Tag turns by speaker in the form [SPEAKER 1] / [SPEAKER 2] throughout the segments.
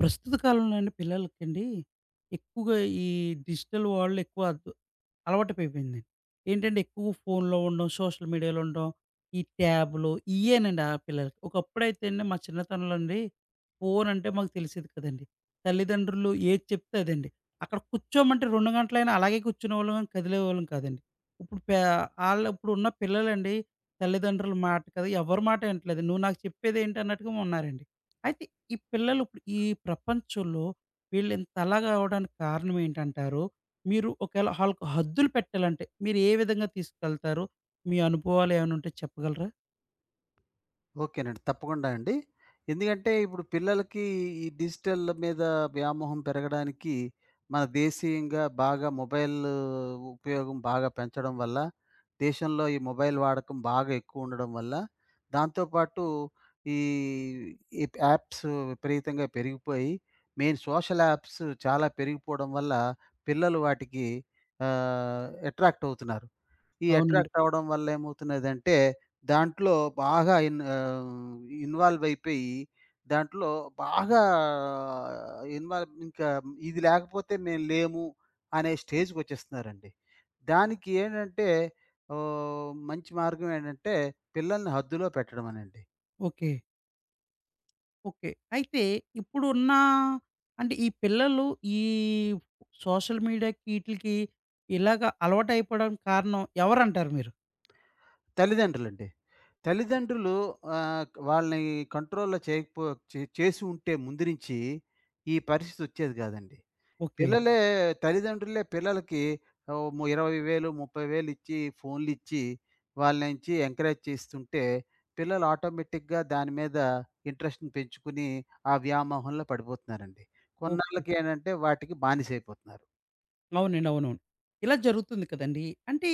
[SPEAKER 1] ప్రస్తుత కాలంలో అండి పిల్లలకండి ఎక్కువగా ఈ డిజిటల్ వరల్డ్ ఎక్కువ అలవాటైపోయింది. ఏంటంటే ఎక్కువ ఫోన్‌లో ఉండడం, సోషల్ మీడియాలో ఉండడం, ఈ ట్యాబ్‌లు ఇయేనండి ఆ పిల్లలకి. ఒకప్పుడైతే అండి మా చిన్నతనంలో అండి ఫోన్ అంటే మాకు తెలిసేది కదండీ. తల్లిదండ్రులు ఏది చెప్తే అదండి. అక్కడ కూర్చోమంటే 2 గంటలైనా అలాగే కూర్చునేవాళ్ళం గానీ కదిలేవాళ్ళం కాదండి. ఇప్పుడు పే ఆళ్ళు ఇప్పుడున్న పిల్లలండి తల్లిదండ్రుల మాట కదా! ఎవరి మాట వినట్లేదు. "నువ్వు నాకు చెప్పేదేంటి" అన్నట్టుగా ఉన్నారండి. అయితే ఈ పిల్లలు ఇప్పుడు ఈ ప్రపంచంలో వీళ్ళు ఇంతలాగా అవ్వడానికి కారణం ఏంటంటారు? మీరు ఒకవేళ ఆళ్ళకి హద్దులు పెట్టాలంటే మీరు ఏ విధంగా తీసుకెళ్తారు? మీ అనుభవాలు ఏమైనా ఉంటే చెప్పగలరా?
[SPEAKER 2] ఓకేనండి. తప్పకుండా అండి. ఎందుకంటే ఇప్పుడు పిల్లలకి ఈ డిజిటల్ మీద వ్యామోహం పెరగడానికి మన దేశీయంగా బాగా మొబైల్ ఉపయోగం బాగా పెంచడం వల్ల, దేశంలో ఈ మొబైల్ వాడకం బాగా ఎక్కువుండడం వల్ల, దాంతో పాటు ఈ ఈ యాప్స్ విపరీతంగా పెరిగిపోయి, మెయిన్ సోషల్ యాప్స్ చాలా పెరిగిపోవడం వల్ల పిల్లలు వాటికి అట్రాక్ట్ అవుతున్నారు. ఈ
[SPEAKER 1] అవునండి.
[SPEAKER 2] అట్రాక్ట్ అవ్వడం వల్ల ఏమవుతున్నదంటే, దాంట్లో బాగా ఇన్వాల్వ్ అయిపోయి, దాంట్లో బాగా ఇన్వాల్వ్ ఇంకా ఇది లేకపోతే మేము లేము అనే స్టేజ్‌కొచ్చేస్తున్నారండి. దానికి ఏంటంటే, మంచి మార్గం ఏంటంటే, పిల్లల్ని హద్దులో పెట్టడమేనండి.
[SPEAKER 1] ఓకే. ఓకే. అయితే ఇప్పుడున్న అంటే ఈ పిల్లలు ఈ సోషల్ మీడియాకి ఈటిలకి ఇలాగ అలవాటయిపోవడానికి కారణం ఎవరంటారు మీరు?
[SPEAKER 2] తల్లిదండ్రులండి. తల్లిదండ్రులు వాళ్ళని కంట్రోల్‌లో చేయకపో చే చేసి ఉంటే ముందు నుంచి ఈ పరిస్థితి వచ్చేది కాదండి.
[SPEAKER 1] ఓకే.
[SPEAKER 2] పిల్లలే తల్లిదండ్రులే పిల్లలకి ఓహ్, ము 20,000, 30,000 ఇచ్చి ఫోన్‌లిచ్చి వాళ్ళనించి ఎంకరేజ్ చేస్తుంటే పిల్లలు ఆటోమేటిక్‌గా దాని మీద ఇంట్రెస్ట్‌ని పెంచుకుని ఆ వ్యామోహంలో పడిపోతున్నారండి.
[SPEAKER 1] ఓకే.
[SPEAKER 2] కొన్నాళ్ళకి ఏంటంటే వాటికి బానిసైపోతున్నారు.
[SPEAKER 1] అవునండి. అవునవును. ఇలా జరుగుతుంది కదండీ! అంటే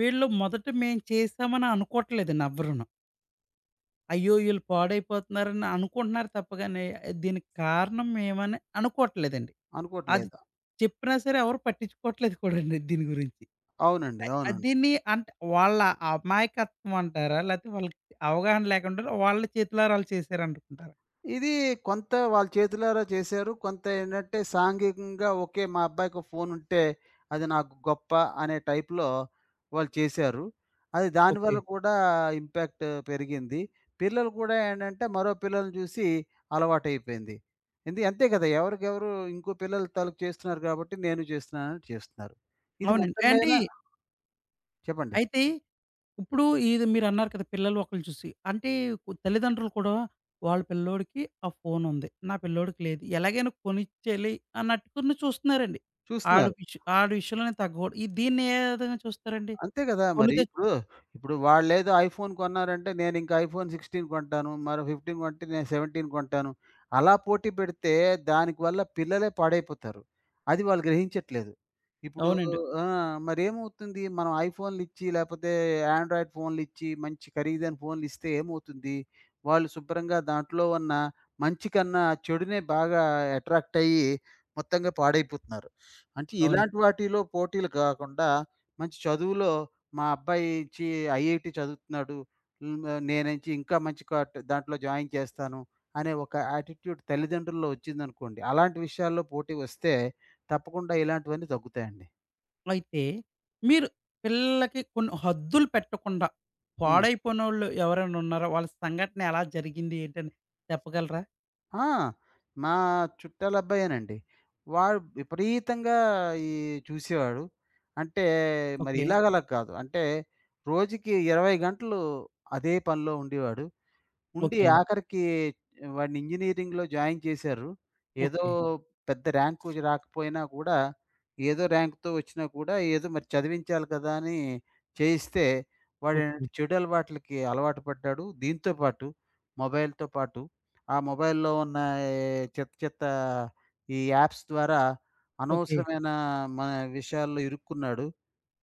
[SPEAKER 1] వీళ్ళు మొదట మేము చేశామని అనుకోవట్లేదండి ఎవ్వరును. అయ్యో! ఈళ్ళు పాడైపోతున్నారని అనుకుంటున్నారు తప్ప గాని, దీనికి కారణం మేమని అనుకోవట్లేదండి. అది
[SPEAKER 2] అనుకోవట్లేదు.
[SPEAKER 1] చెప్పినా సరే ఎవరు పట్టించుకోవట్లేదు కూడండి దీని గురించి.
[SPEAKER 2] అవునండి.
[SPEAKER 1] అది
[SPEAKER 2] అవునండి.
[SPEAKER 1] దీన్ని అంటే వాళ్ళ అమాయకత్వం అంటారా? లేకపోతే వాళ్ళకి అవగాహన లేకుండా వాళ్ళ చేతులారా ఆళ్ళు చేశారనుకుంటారా?
[SPEAKER 2] ఇది కొంత వాళ్ళ చేతులారా చేశారు. కొంత ఏంటంటే సాంఘికంగా ఓకే. మా అబ్బాయికి ఒక ఫోను ఉంటే అది నాకు గొప్ప అనే టైప్‌లో వాళ్ళు చేశారు. అది
[SPEAKER 1] ఓకే.
[SPEAKER 2] దానివల్ల కూడా ఇంపాక్ట్ పెరిగింది. పిల్లలు కూడా ఏంటంటే మరో పిల్లల్ని చూసి అలవాటైపోయింది. ఎందు అంతే కదా! ఎవరికెవరు ఇంకో పిల్లల తాలూకు చేస్తున్నారు కాబట్టి నేను చేస్తున్నానని చేస్తున్నారు. ఇది
[SPEAKER 1] అవునండి.
[SPEAKER 2] మొత్తం మీద
[SPEAKER 1] అంటే
[SPEAKER 2] చెప్పండి.
[SPEAKER 1] అయితే ఇప్పుడు ఇది మీరన్నారు కదా! పిల్లలు ఒకళ్ళు చూసి. అంటే కు తల్లిదండ్రులు కూడా వాళ్ళ పిల్లోడికి ఆ ఫోనుంది. నా పిల్లోడికి లేదు. ఎలాగైనా కొనిచ్చేయాలి అన్నట్టుకుని చూస్తున్నారండి.
[SPEAKER 2] చూస్తున్నారు.
[SPEAKER 1] ఆడి విషయంలో నేను తగ్గకూడదు. ఈ దీన్ని ఏ విధంగా చూస్తారండి?
[SPEAKER 2] అంతే గదా!
[SPEAKER 1] కొని
[SPEAKER 2] మరి
[SPEAKER 1] తెచ్
[SPEAKER 2] ఇప్పుడు, ఇప్పుడు వాళ్ళేదో ఐఫోన్ కొన్నారంటే నేనింక ఐఫోన్ 16 కొంటాను. మరో 15 కొంటే నేను 17 కొంటాను. అలా పోటీ పెడితే దానికి వల్ల పిల్లలే పాడైపోతారు. అది వాళ్ళు గ్రహించట్లేదు. ఇప్పుడు
[SPEAKER 1] అవునండి.
[SPEAKER 2] ఆ! మరేమవుతుంది? మనం ఐఫోన్‌లిచ్చి లేపోతే ఆండ్రాయిడ్ ఫోన్‌లిచ్చి మంచి ఖరీదైన ఫోన్‌లిస్తే ఏమవుతుంది? వాళ్ళు శుభ్రంగా దాంట్లో ఉన్న మంచి కన్నా చెడునే బాగా అట్రాక్ట్ అయ్యి మొత్తంగా పాడైపోతున్నారు. అంటే
[SPEAKER 1] అవును.
[SPEAKER 2] ఇలాంటి వాటిలో పోటీలు కాకుండా మంచి చదువులో మా అబ్బాయి చి ఐఐటీ చదువుతున్నాడు. నేనించి ఇంకా మంచి కాట్ దాంట్లో జాయిన్ చేస్తాను అనే ఒక యాటిట్యూడ్ తల్లిదండ్రుల్లో వచ్చిందనుకోండి, అలాంటి విషయాల్లో పోటీ వస్తే తప్పకుండా ఇలాంటివన్నీ తగ్గుతాయండి.
[SPEAKER 1] అయితే మీరు పిల్లలకి కొన్ని హద్దులు పెట్టకుండా
[SPEAKER 2] హ్మ్.
[SPEAKER 1] పాడైపోయినోళ్ళు ఎవరైనా ఉన్నారా? వాళ్ళ సంఘటన ఎలా జరిగింది? ఏంటని చెప్పగలరా?
[SPEAKER 2] ఆ! మా చుట్టాల అబ్బాయేనండి. వాడు విపరీతంగా ఈ చూసేవాడు. అంటే మరి
[SPEAKER 1] ఓకే.
[SPEAKER 2] ఇలాగలా కాదు. అంటే రోజుకి 20 గంటలు అదే పనిలో ఉండేవాడు. ఉండి
[SPEAKER 1] ఓకే అండి.
[SPEAKER 2] ఆఖరికి వాడిని ఇంజినీరింగ్‌లో జాయిన్ చేశారు. ఏదో
[SPEAKER 1] ఓకే.
[SPEAKER 2] పెద్ద ర్యాంకు రాకపోయినా కూడా, ఏదో ర్యాంక్‌తో వచ్చినా కూడా ఏదో మరి చదివించాలి కదా! అని చేయిస్తే
[SPEAKER 1] ఓకే.
[SPEAKER 2] వాడేంటంటే చెడు అలవాట్లకి అలవాటు పడ్డాడు. దీంతో పాటు మొబైల్‌తో పాటు ఆ మొబైల్‌లో ఉన్న చెత్త చెత్త ఈ యాప్స్ ద్వారా
[SPEAKER 1] ఓకే.
[SPEAKER 2] అనవసరమైన మన విషయాల్లో ఇరుక్కున్నాడు.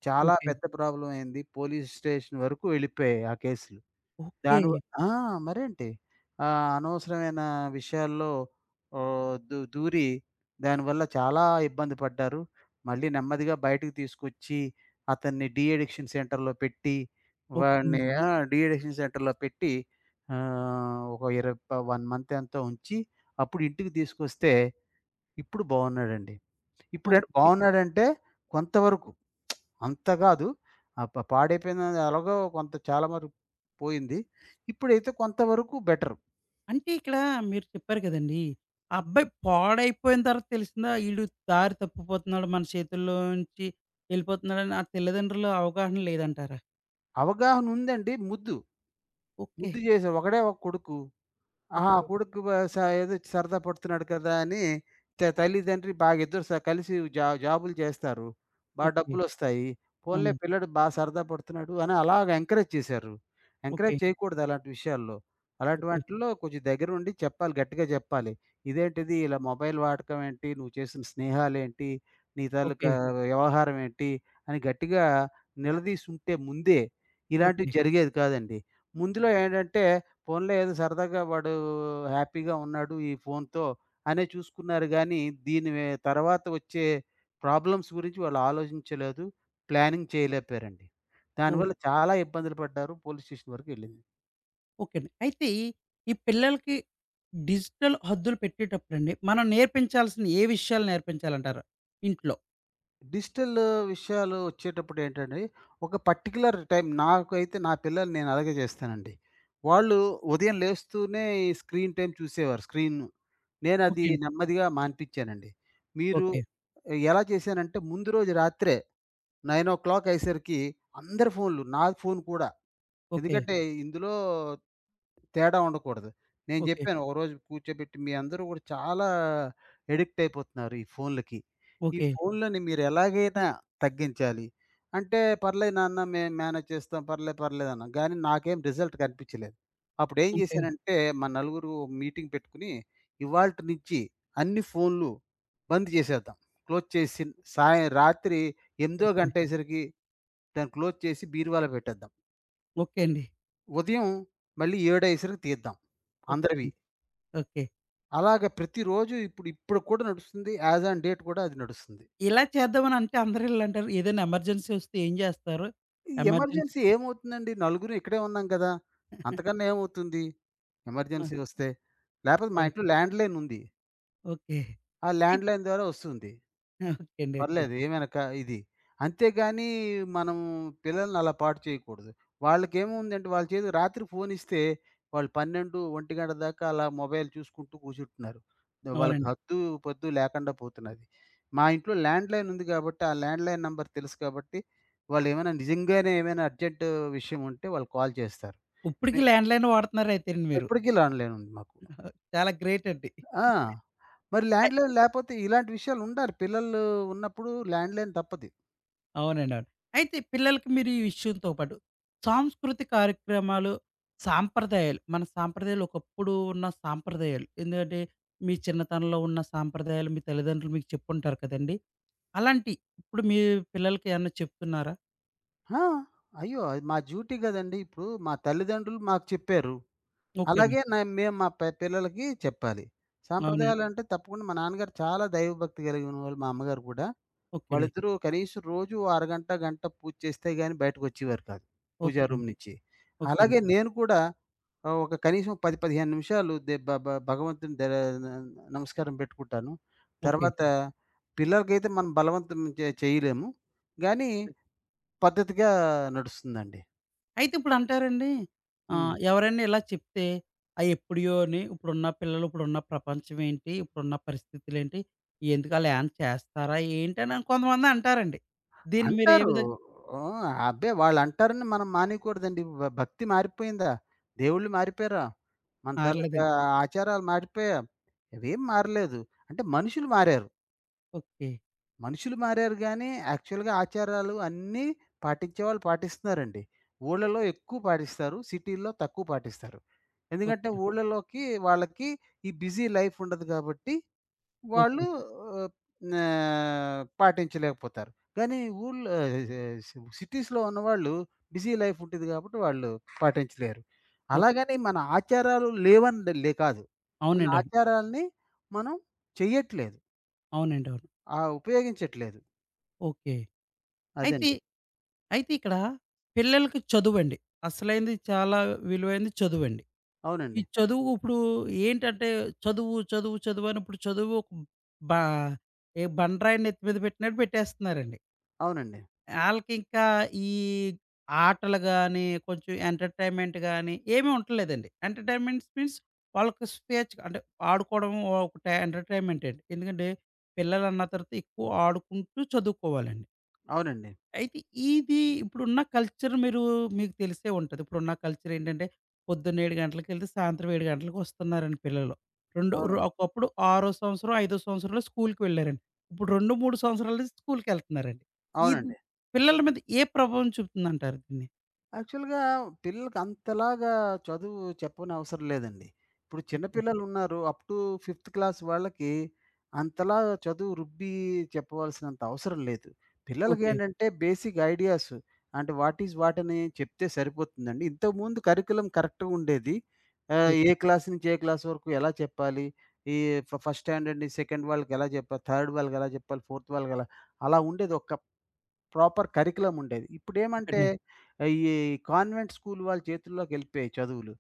[SPEAKER 2] చాలా
[SPEAKER 1] ఓకే.
[SPEAKER 2] పెద్ద ప్రాబ్లమ్ అయింది. పోలీస్ స్టేషన్ వరకు వెళ్ళిపోయాయి ఆ కేసులు.
[SPEAKER 1] ఓకే.
[SPEAKER 2] దాని వ ఆ! మరేంటి? అనవసరమైన విషయాల్లో ఓహ్, దూ దూరి దానివల్ల చాలా ఇబ్బంది పడ్డారు. మళ్ళీ నెమ్మదిగా బయటకి తీసుకొచ్చి, అతన్ని డీ అడిక్షన్ సెంటర్‌లో పెట్టి,
[SPEAKER 1] ఓకే.
[SPEAKER 2] వాడిని ఆ! డీ అడిక్షన్ సెంటర్‌లో పెట్టి ఒక ఇర ప 1 మంత్ ఎంతో ఉంచి, అప్పుడు ఇంటికి తీసుకొస్తే ఇప్పుడు బావున్నాడండి. ఇప్పుడె
[SPEAKER 1] ఓకే.
[SPEAKER 2] బావున్నాడంటే కొంతవరకు. అంత గాదు. ఆ! ప పాడైపోయిందని ఎలాగో కొంత చాలా వరకు పోయింది. ఇప్పుడైతే కొంతవరకు బెటర్.
[SPEAKER 1] అంటే ఇక్కడ మీరు చెప్పారు కదండీ! ఆ అబ్బాయి పాడైపోయిన తర్వాత తెలిసిందా ఈడు దారి తప్పిపోతున్నాడు, మన చేతుల్లోంచి ఎళ్ళిపోతున్నాడని ఆ తల్లిదండ్రుల అవగాహన లేదంటారా?
[SPEAKER 2] అవగాహనుందండి ముద్దు.
[SPEAKER 1] ఓకే.
[SPEAKER 2] ముద్దు చేశాం. ఒకడే ఒక కొడుకు. ఆహా!
[SPEAKER 1] ఓకే.
[SPEAKER 2] కొడుకు బ స ఏదో సరదా పడుతున్నాడు కదా! అని తల్లిదండ్రి బాగా ఇద్దరు కలిసి జాబులు చేస్తారు. బా
[SPEAKER 1] ఓకే.
[SPEAKER 2] డబ్బులొస్తాయి. పోన్లే
[SPEAKER 1] అవును.
[SPEAKER 2] పిల్లాడు బా సరదా పడుతున్నాడు అని అలాగ ఎంకరేజ్ చేశారు. Encourage
[SPEAKER 1] okay.
[SPEAKER 2] చేయకూడదు అలాంటి విషయాల్లో. అలాంటి
[SPEAKER 1] ఓకే.
[SPEAKER 2] వాటిల్లో కొంచెం దగ్గరుండి చెప్పాలి. గట్టిగా చెప్పాలి. ఇదేంటిది ఇలా మొబైల్ వాడకం ఏంటి? నువ్వు చేసిన స్నేహాలేంటి? నీ
[SPEAKER 1] ఓకే.
[SPEAKER 2] తాలూకా వ్యవహారం ఏంటి? అని గట్టిగా నిలదీసుంటే ముందే ఇలాంటివి
[SPEAKER 1] ఓకే.
[SPEAKER 2] జరిగేది కాదండి. ముందులో ఏంటంటే పోన్లే ఏదో సరదాగా వాడు హ్యాపీగా ఉన్నాడు ఈ ఫోన్‌తో అనే చూసుకున్నారు గానీ, దీని వె తర్వాత వచ్చే ప్రాబ్లమ్స్ గురించి వాళ్ళు ఆలోచించలేదు. ప్లానింగ్ చేయలేకపోయారండి.
[SPEAKER 1] ఓ
[SPEAKER 2] దానివల్ల చాలా ఇబ్బందులు పడ్డారు. పోలీస్ స్టేషన్ వరకు ఎళ్ళింది.
[SPEAKER 1] ఓకే అండి. అయితే ఈ ఈ పిల్లలకి డిజిటల్ హద్దులు పెట్టేటప్పుడండి, మనం నేర్పించాల్సిన ఏ విషయాలు నేర్పించాలంటారు ఇంట్లో?
[SPEAKER 2] డిజిటల్ విషయాలు వచ్చేటప్పుడు ఏంటండి, ఒక పర్టిక్యులర్ టైం నాకైతే నా పిల్లల్ని నేను అలాగే చేస్తానండి. వాళ్ళు ఉదయం లేస్తూనే ఈ స్క్రీన్ టైమ్ చూసేవారు స్క్రీన్. నేనది
[SPEAKER 1] ఓకే అండి.
[SPEAKER 2] నెమ్మదిగా మాన్పిచ్చానండి. మీరు
[SPEAKER 1] ఓకే.
[SPEAKER 2] ఎలా చేశానంటే ముందు రోజు రాత్రే 9:00 అయ్యేసరికి అందరి ఫోన్‌లు, నా ఫోన్ కూడా.
[SPEAKER 1] ఓకే.
[SPEAKER 2] ఎందుకంటే ఇందులో తేడా ఉండకూడదు. నేను
[SPEAKER 1] ఓకే.
[SPEAKER 2] జెప్పాను ఒకరోజు కూర్చోబెట్టి, "మీ అందరూ గూడా చాలా అడిక్ట్ అయిపోతున్నారు ఈ ఫోన్‌లకి. ఈ
[SPEAKER 1] ఓకే.
[SPEAKER 2] ఫోన్‌లని మీరు ఎలాగైనా తగ్గించాలి." అంటే, "పర్లేదు నాన్న మేము మేనేజ్ చేస్తాం. పర్లేదు, పర్లేదు" అన్నాం. కానీ నాకేం రిజల్ట్ కనిపించలేదు. అప్పుడేం
[SPEAKER 1] ఓకే.
[SPEAKER 2] జేశానంటే, మా నలుగురు మీటింగ్ పెట్టుకుని, "ఇవాల్టి నుంచి అన్ని ఫోన్‌లు బంద్ చేసేద్దాం. క్లోజ్ చేసి సాయం రాత్రి ఎనిమిదో
[SPEAKER 1] ఓకే.
[SPEAKER 2] గంట అయ్యేసరికి దాన్ని క్లోజ్ చేసి బీరువాలో పెట్టేద్దాం.
[SPEAKER 1] ఓకే అండి.
[SPEAKER 2] ఉదయం మళ్ళీ 7:00 తీద్దాం అందరివి.
[SPEAKER 1] ఓకే. ఓకే.
[SPEAKER 2] అలాగ ప్రతిరోజు ఇప్పుడు ఇప్పుడు కూడా నడుస్తుంది. యాజ్ ఆన్ డేట్ కూడా అది నడుస్తుంది.
[SPEAKER 1] ఇలా చేద్దామని అంటే అందరూ ఈళ్ళంటారు. ఏదైనా ఎమర్జెన్సీ వస్తే ఏం జేస్తారు?
[SPEAKER 2] ఈ
[SPEAKER 1] ఎమర్జెన్సీ
[SPEAKER 2] ఎమర్జెన్సీ ఏమవుతుందండి? నలుగురం ఇక్కడే ఉన్నాం కదా! అంతకన్నా ఏమవుతుంది?
[SPEAKER 1] ఆ!
[SPEAKER 2] ఎమర్జెన్సీ వస్తే? లేపోతే మా
[SPEAKER 1] ఓహ్!
[SPEAKER 2] ఇంట్లో ల్యాండ్‌లైన్ ఉంది.
[SPEAKER 1] ఓకే.
[SPEAKER 2] ఆ ల్యాండ్‌లైన్ ద్వారా వస్తుంది.
[SPEAKER 1] ఓకే అండి. ఓకే.
[SPEAKER 2] పర్లేదు. ఏమైనా క ఇది. అంతేగాని మనం పిల్లల్ని అలా పాడు చేయకూడదు. వాళ్ళకేముందంటే వాళ్ళ చేతికి రాత్రి ఫోనిస్తే వాళ్ళు 12, 1 గంట దాకా అలా మొబైల్ చూసుకుంటూ కూర్చుంటున్నారు. వాళ్ళకి
[SPEAKER 1] అవునండి.
[SPEAKER 2] హద్దు, పొద్దు లేకుండా పోతున్నది. మా ఇంట్లో ల్యాండ్‌లైన్ ఉంది కాబట్టి, ఆ ల్యాండ్‌లైన్ నంబర్ తెలుసు కాబట్టి, వాళ్ళేమైనా నిజంగానే ఏమైనా అర్జెంట్ విషయం ఉంటే వాళ్ళు కాల్ చేస్తారు. మె
[SPEAKER 1] ఉప్పుడికి ల్యాండ్‌లైన్ వాడుతున్నారైతేనండి మీరు.
[SPEAKER 2] ఇప్పటికి ల్యాండ్‌లైన్ ఉంది మాకు.
[SPEAKER 1] చాలా గ్రేట్ అండి.
[SPEAKER 2] ఆ! మరి
[SPEAKER 1] అయి
[SPEAKER 2] ల్యాండ్‌లైన్ లేపోతే ఇలాంటి విషయాలుండాలి. పిల్లలు ఉన్నప్పుడు ల్యాండ్‌లైన్ తప్పది.
[SPEAKER 1] అవునండి. అవును. అయితే పిల్లలకి మీరు ఈ విషయంతో పాటు సాంస్కృతిక కార్యక్రమాలు, సాంప్రదాయాలు మన సాంప్రదాయాలు ఒకప్పుడు ఉన్న సాంప్రదాయాలు ఎందుకంటే మీ చిన్నతనంలో ఉన్న సాంప్రదాయాలు మీ తల్లిదండ్రులు మీకు చెప్పుంటారు కదండీ! అలాంటి ఇప్పుడు మీ పిల్లలకి ఏమన్నా చెప్తున్నారా?
[SPEAKER 2] ఆ! అయ్యో! అది మా డ్యూటీ గదండీ! ఇప్పుడు మా తల్లిదండ్రులు మాకు చెప్పారు.
[SPEAKER 1] ఓకే అండి.
[SPEAKER 2] అలాగే మేము మా పిల్లలకి చెప్పాలి.
[SPEAKER 1] అవునండి.
[SPEAKER 2] సాంప్రదాయాలంటే తప్పకుండా మా నాన్నగారు చాలా దైవభక్తి కలిగినవాళ్ళు. మా అమ్మగారు గూడా.
[SPEAKER 1] ఓకే అండి.
[SPEAKER 2] వాళ్ళిద్దరూ కనీసం రోజు ఓ అరగంట, గంట పూజ చేస్తే గాని బయటకొచ్చేవారు కాదు. పూజా
[SPEAKER 1] ఓకే
[SPEAKER 2] రూమ్
[SPEAKER 1] అండి.
[SPEAKER 2] నుంచి.
[SPEAKER 1] ఓకే అండి.
[SPEAKER 2] అలాగే నేను కూడా ఒక కనీసం 10, 15 నిమిషాలు దె బ బ భగవంతుని దె న నమస్కారం పెట్టుకుంటాను.
[SPEAKER 1] ఓకే.
[SPEAKER 2] తర్వాత పిల్లలకైతే మనం బలవంతం చేయలేము. గానీ పద్ధతిగా నడుస్తుందండి.
[SPEAKER 1] అయితే ఇప్పుడంటారండి
[SPEAKER 2] హ్మ్.
[SPEAKER 1] ఆహ్, ఎవరైనా ఇలా చెప్తే అయి ఎప్పుడియోని ఇప్పుడున్న పిల్లలు, ఇప్పుడున్న ప్రపంచం ఏంటి? ఇప్పుడున్న పరిస్థితులేంటి? ఎందుకాళ్ళేమన్నా చేస్తారా ఏంటని కొంతమంది అంటారండి. దీన్ని మీరు ఏ
[SPEAKER 2] అంటారు.
[SPEAKER 1] విధంగా
[SPEAKER 2] ఓహ్! అబ్బే! వాళ్ళంటారని మనం మానేయకూడదండి. భక్తి మారిపోయిందా? దేవుళ్ళు మారిపోయారా? మన తాలూకా
[SPEAKER 1] మారలేదండి.
[SPEAKER 2] ఆచారాలు మారిపోయా? అవేం మారలేదు. అంటే మనుషులు మారారు.
[SPEAKER 1] ఓకే.
[SPEAKER 2] మనుషులు మారారు గానీ, యాక్చువల్‌గా ఆచారాలు అన్నీ పాటించేవాళ్ళు పాటిస్తున్నారండి. ఊళ్ళలో ఎక్కువ పాటిస్తారు. సిటీల్లో తక్కువ పాటిస్తారు. ఎందుకంటే
[SPEAKER 1] ఓకే.
[SPEAKER 2] ఊళ్ళలోకి వాళ్ళకి ఈ బిజీ లైఫ్ ఉండదు కాబట్టి
[SPEAKER 1] ఓకే.
[SPEAKER 2] వాళ్ళు ఆహ్, ఆహ్, పాటించలేకపోతారు. కానీ ఊర్లో సిటీస్‌లో ఉన్నవాళ్ళు బిజీ లైఫ్ ఉంటది కాబట్టి వాళ్ళు పాటించలేరు.
[SPEAKER 1] ఓకే.
[SPEAKER 2] అలాగని మన ఆచారాలు లేవని కాదు. మన
[SPEAKER 1] అవునండి. అవును.
[SPEAKER 2] ఆచారాల్ని మనం చెయ్యట్లేదు.
[SPEAKER 1] అవునండి. అవును.
[SPEAKER 2] ఉపయోగించట్లేదు.
[SPEAKER 1] ఓకే. అయితే
[SPEAKER 2] అదండి.
[SPEAKER 1] అయితే ఇక్కడ పిల్లలకి చదువండి. అసలైంది చాలా విలువైంది చదువండి. ఈ
[SPEAKER 2] అవునండి.
[SPEAKER 1] చదువు ఇప్పుడు ఏంటంటే చదువు, చదువు, చదువు అని ఇప్పుడు చదువు ఒక బా ఏ బండరాయి నెత్తి మీద పెట్టినట్టు పెట్టేస్తున్నారండి.
[SPEAKER 2] అవునండి.
[SPEAKER 1] ఆళ్ళకింకా ఈ ఆటలు గాని, కొంచెం ఎంటర్‌టైన్‌మెంట్ గాని ఏమీ ఉండట్లేదండి. ఎంటర్‌టైన్‌మెంట్స్ మీన్స్ వాళ్ళకి స్వేచ్ఛగా అంటే ఆడుకోవడం ఒకటే ఎంటర్‌టైన్‌మెంటే అండి. ఎందుకంటే పిల్లలన్న తర్వాత ఎక్కువ ఆడుకుంటూ చదువుకోవాలండి.
[SPEAKER 2] అవునండి.
[SPEAKER 1] అయితే ఇది ఇప్పుడున్న కల్చర్ మీకు తెలిసే ఉంటది. ఇప్పుడున్న కల్చర్ ఏంటంటే, పొద్దున్న 7 గంటలకెళ్తే సాయంత్రం 7 గంటలకి వస్తున్నారండి పిల్లలు.
[SPEAKER 2] అవునండి.
[SPEAKER 1] రెండు రు
[SPEAKER 2] అవునండి.
[SPEAKER 1] ఒకప్పుడు ఆరో సంవత్సరం, ఐదో సంవత్సరంలో స్కూలుకి వెళ్ళారండి. ఇప్పుడు 2, 3 సంవత్సరాల నుంచి స్కూలుకెళ్తున్నారండి. ఇది
[SPEAKER 2] అవునండి.
[SPEAKER 1] పిల్లల మీద ఏ ప్రభావం చూపుతుందంటారు దీన్ని?
[SPEAKER 2] యాక్చువల్‌గా పిల్లలకి అంతలాగా చదువు చెప్పనవసరం లేదండి. ఇప్పుడు చిన్న
[SPEAKER 1] ఓకే.
[SPEAKER 2] పిల్లలు ఉన్నారు. అప్ టు ఫిఫ్త్ క్లాస్ వాళ్ళకి అంతలా చదువు రుబ్బి చెప్పవలసినంత అవసరం లేదు.
[SPEAKER 1] ఓకే.
[SPEAKER 2] పిల్లలకేంటంటే బేసిక్ ఐడియాస్ అంటే వాట్ ఈస్ వాట్ అని చెప్తే సరిపోతుందండి. ఇంతకుముందు కరిక్యులం కరెక్ట్‌గా ఉండేది. ఏ
[SPEAKER 1] ఓకే.
[SPEAKER 2] క్లాస్ నుంచి ఏ క్లాస్ వరకు ఎలా చెప్పాలి? ఈ ఫస్ట్ స్టాండర్డ్‌ని సెకండ్ వాళ్ళకి ఎలా చెప్పాలి? థర్డ్ వాళ్ళకి ఎలా చెప్పాలి? ఫోర్త్ వాళ్ళకి ఎలా అలా ఉండేది. ఒక ప్రాపర్ కరిక్యులమ్ ఉండేది.
[SPEAKER 1] ఓకే
[SPEAKER 2] ఇప్పుడేమంటే
[SPEAKER 1] అండి.
[SPEAKER 2] ఈ కాన్వెంట్ స్కూల్ వాళ్ళ చేతుల్లోకెళ్ళిపోయాయి చదువులు. ఓహ్!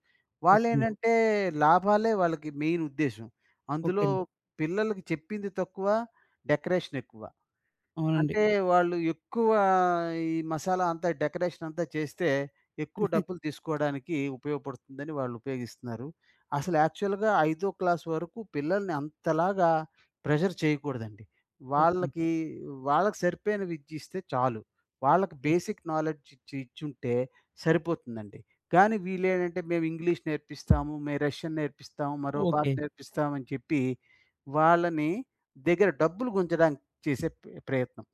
[SPEAKER 1] ఓకే అండి.
[SPEAKER 2] వాళ్ళేంటంటే లాభాలే వాళ్ళకి మెయిన్ ఉద్దేశ్యం.
[SPEAKER 1] ఓకే
[SPEAKER 2] అందులో
[SPEAKER 1] అండి.
[SPEAKER 2] ఓకే. పిల్లలకి చెప్పింది తక్కువ, డెకరేషన్ ఎక్కువ.
[SPEAKER 1] అవునండి.
[SPEAKER 2] అంటే వాళ్ళు ఎక్కువ ఈ మసాలా అంతా డెకరేషన్ అంతా చేస్తే, ఎక్కువ డబ్బులు తీసుకోవడానికి ఉపయోగపడుతుందని వాళ్ళు ఉపయోగిస్తున్నారు. అసలు యాక్చువల్‌గా ఐదో క్లాస్ వరకు పిల్లల్ని అంతలాగా ప్రెషర్ చేయకూడదండి.
[SPEAKER 1] ఓకే అండి.
[SPEAKER 2] వాళ్ళకి, వాళ్ళకి సరిపోయిన విద్య ఇస్తే చాలు. వాళ్ళకి
[SPEAKER 1] ఓకే.
[SPEAKER 2] బేసిక్ నాలెడ్జ్ ఇచ్చి ఇచ్చుంటే సరిపోతుందండి. కానీ వీళ్ళేంటంటే మేము ఇంగ్లీష్ నేర్పిస్తాము, మేము రష్యన్ నేర్పిస్తాము, మరో భాష
[SPEAKER 1] ఓకే.
[SPEAKER 2] నేర్పిస్తామని చెప్పి వాళ్ళని దగ్గర డబ్బులు గుంజడానికి చేసే ప్రయత్నం.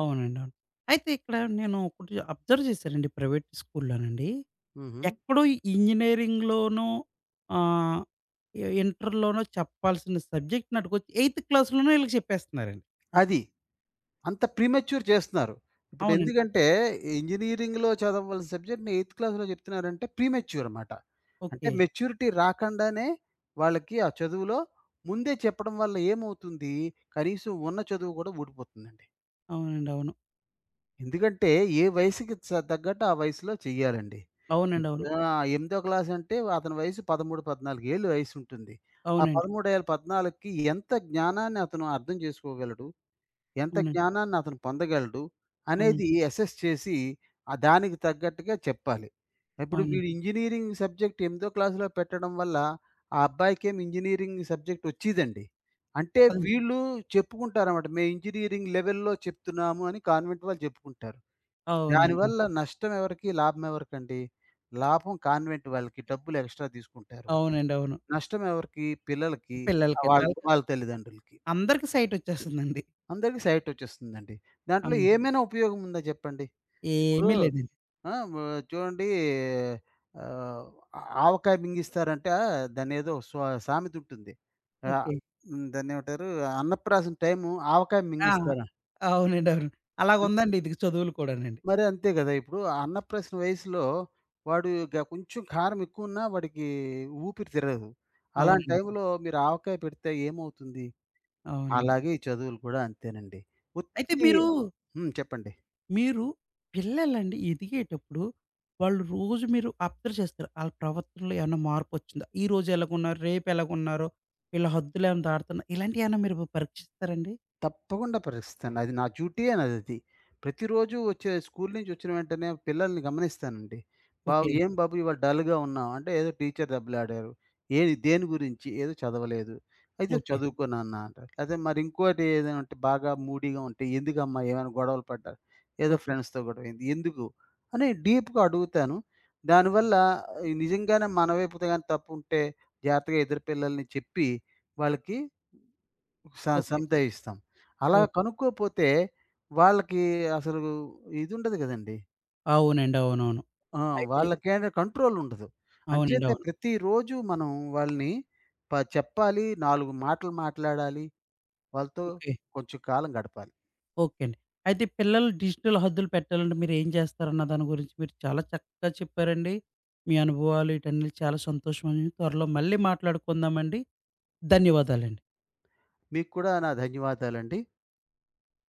[SPEAKER 1] అవునండి. అవును. అయితే ఇక్కడ నేను ఒకటి అబ్జర్వ్ చేశానండి ప్రైవేట్ స్కూల్లోనండి
[SPEAKER 2] హుహు.
[SPEAKER 1] ఎక్కడో ఇంజినీరింగ్‌లోనో ఆహ్, ఇంటర్‌లోనో చెప్పాల్సిన సబ్జెక్ట్ నాటికొచ్చి ఎయిత్ క్లాస్‌లోనే ఈళ్ళకి చెప్పేస్తున్నారండి.
[SPEAKER 2] అది. అంత ప్రీమెచ్యూర్ చేస్తున్నారు. ఇప్పుడు
[SPEAKER 1] అవునండి.
[SPEAKER 2] ఎందుకంటే ఇంజినీరింగ్‌లో చదవవలసిన సబ్జెక్ట్‌ని ఎయిత్ క్లాస్‌లో చెప్తున్నారంటే ప్రీమెచ్యూర్ అన్నమాట. అంటే
[SPEAKER 1] ఓకే.
[SPEAKER 2] మెచ్యూరిటీ రాకుండానే వాళ్ళకి ఆ చదువులో ముందే చెప్పడం వల్ల ఏమవుతుంది? కనీసం ఉన్న చదువు కూడా ఊడిపోతుందండి.
[SPEAKER 1] అవునండి. అవును.
[SPEAKER 2] ఎందుకంటే ఏ వయసుకి తగ్గట్టు ఆ వయసులో చెయ్యాలండి.
[SPEAKER 1] అవునండి. అవును.
[SPEAKER 2] ఇప్పుడు ఆ! ఎనిమిదో క్లాస్ అంటే అతని వయసు 13, 14 ఏళ్ళు వయసుంటుంది. ఆ
[SPEAKER 1] అవునండి.
[SPEAKER 2] 13 ఏళ్ళ 14కి ఎంత జ్ఞానాన్ని అతను అర్థం చేసుకోగలడు? ఎంత
[SPEAKER 1] అవునండి.
[SPEAKER 2] జ్ఞానాన్ని అతను పొందగలడు
[SPEAKER 1] అవును.
[SPEAKER 2] అనేది అసెస్ చేసి ఆ దానికి తగ్గట్టుగా చెప్పాలి. ఇప్పుడు
[SPEAKER 1] అవునండి.
[SPEAKER 2] వీడు ఇంజినీరింగ్ సబ్జెక్ట్ ఎనిమిదో క్లాస్‌లో పెట్టడం వల్ల ఆ అబ్బాయికేమో ఇంజినీరింగ్ సబ్జెక్ట్ వచ్చేదండి. అంటే
[SPEAKER 1] అవును.
[SPEAKER 2] వీళ్ళు చెప్పుకుంటారన్నమాట. మేము ఇంజినీరింగ్ లెవెల్‌లో చెప్తున్నాము అని కాన్వెంట్ వాళ్ళు చెప్పుకుంటారు.
[SPEAKER 1] అవునండి.
[SPEAKER 2] దానివల్ల నష్టం ఎవరికి? లాభం ఎవరికండి? లాభం కాన్వెంట్ వాళ్ళకి డబ్బులు ఎక్స్‌ట్రా తీసుకుంటారు.
[SPEAKER 1] అవునండి. అవును.
[SPEAKER 2] నష్టం ఎవరికి? పిల్లలకి,
[SPEAKER 1] పిల్లలకండి.
[SPEAKER 2] వాళ్ళ
[SPEAKER 1] ఆళ్ళకి
[SPEAKER 2] వాళ్ళ తల్లిదండ్రులకి.
[SPEAKER 1] అందరికి సైట్ వచ్చేస్తుందండి.
[SPEAKER 2] అందరికీ సైటొచ్చేస్తుందండి. దాంట్లో
[SPEAKER 1] అవును.
[SPEAKER 2] ఏమైనా ఉపయోగం ఉందా జెప్పండి? ఇప్పుడు
[SPEAKER 1] ఏమీ
[SPEAKER 2] హ్మ్.
[SPEAKER 1] లేదండి.
[SPEAKER 2] ఆ! వ చూడండి ఆహ్, ఆవకాయ మింగిస్తారంట దాన్నేదో స్వ సామెతుంటుంది. ఆహ్,
[SPEAKER 1] ఓకే.
[SPEAKER 2] హ్మ్. దాన్నేమంటారు అన్నప్రాసన టైము ఆవకాయ
[SPEAKER 1] ఆ!
[SPEAKER 2] మింగిస్తారా?
[SPEAKER 1] అవునండి. అవును.
[SPEAKER 2] అన్-
[SPEAKER 1] అలాగుందండి ఇదిగ చదువులు కూడానండి.
[SPEAKER 2] మరి అంతే గదా! ఇప్పుడు ఆ అన్నప్రాసన వయసులో వాడు కొంచెం కారం ఎక్కువున్నా వాడికి ఊపిరి తిరగదు. అలాంటి
[SPEAKER 1] అవునండి.
[SPEAKER 2] టైంలో మీరు ఆవకాయ పెడితే ఏమవుతుంది?
[SPEAKER 1] అవునండి.
[SPEAKER 2] అలాగే ఈ చదువులు కూడా అంతేనండి.
[SPEAKER 1] అయితే
[SPEAKER 2] ఉత్తి
[SPEAKER 1] మీరు
[SPEAKER 2] చెప్పండి.
[SPEAKER 1] మీరు పిల్లలండి ఎదిగేటప్పుడు వాళ్ళు రోజు మీరు అబ్జర్వ్ చేస్తారు. ఆళ్ళ ప్రవర్తనలో ఏమన్నా మార్పొచ్చిందా? ఈరోజు ఎలాగున్నారు? రేపు ఎలాగున్నారో? వీళ్ళ హద్దులేమన్నా దాటుతున్నారా? ఇలాంటియేమన్నా మీరు పరీక్షిస్తారండి?
[SPEAKER 2] తప్పకుండా పరీక్షిస్తాను. అది నా డ్యూటీ అనదది. ప్రతిరోజు వచ్చే స్కూల్ నుంచి వచ్చిన వెంటనే పిల్లల్ని గమనిస్తానండి. బాబు
[SPEAKER 1] ఓకే.
[SPEAKER 2] "ఏం బాబు ఇవాళ డల్‌గా ఉన్నావు?" అంటే ఏదో టీచర్ దెబ్బలాడారు. "ఏది దేని గురించి?" "ఏదో చదవలేదు." "అయితే
[SPEAKER 1] ఓకే.
[SPEAKER 2] చదువుకో నాన్న" అంటారు. అదే మరి ఇంకోటి ఏదైనా ఉంటే బాగా మూడీగా ఉంటే "ఎందుకమ్మా ఏమైనా గొడవలు పడ్డా?" "ఏదో
[SPEAKER 1] ఓకే.
[SPEAKER 2] ఫ్రెండ్స్‌తో గొడవయింది." "ఎందుకు?" అని డీప్‌గా అడుగుతాను. దానివల్ల ఈ నిజంగానే మన వైపుది గాని తప్పుంటే జాగ్రత్తగా ఇద్దరు పిల్లల్ని చెప్పి వాళ్ళకి స
[SPEAKER 1] ఓకే.
[SPEAKER 2] సంతయిస్తాం. అలా
[SPEAKER 1] ఓహ్!
[SPEAKER 2] కనుక్కోపోతే వాళ్ళకి అసలు ఇదుండదు గదండీ.
[SPEAKER 1] అవునండి. అవునవును.
[SPEAKER 2] ఆ!
[SPEAKER 1] అయితే
[SPEAKER 2] వాళ్ళకేంట కంట్రోల్ ఉండదు.
[SPEAKER 1] అవునండి.
[SPEAKER 2] అంచేతే
[SPEAKER 1] అవును.
[SPEAKER 2] ప్రతిరోజు మనం వాళ్ళని చెప్పాలి. 4 మాటలు మాట్లాడాలి. వాళ్ళతో
[SPEAKER 1] ఓకే.
[SPEAKER 2] కొంచెం కాలం గడపాలి.
[SPEAKER 1] ఓకే అండి. అయితే పిల్లలు డిజిటల్ హద్దులు పెట్టాలంటే మీరేం చేస్తారన్న దాని గురించి మీరు చాలా చక్కగా చెప్పారండి. మీ అనుభవాలు ఈటన్నిటి చాలా సంతోషమండి. త్వరలో మళ్ళీ మాట్లాడుకుందామండి. ధన్యవాదాలండి.
[SPEAKER 2] మీకు కూడా నా ధన్యవాదాలండి.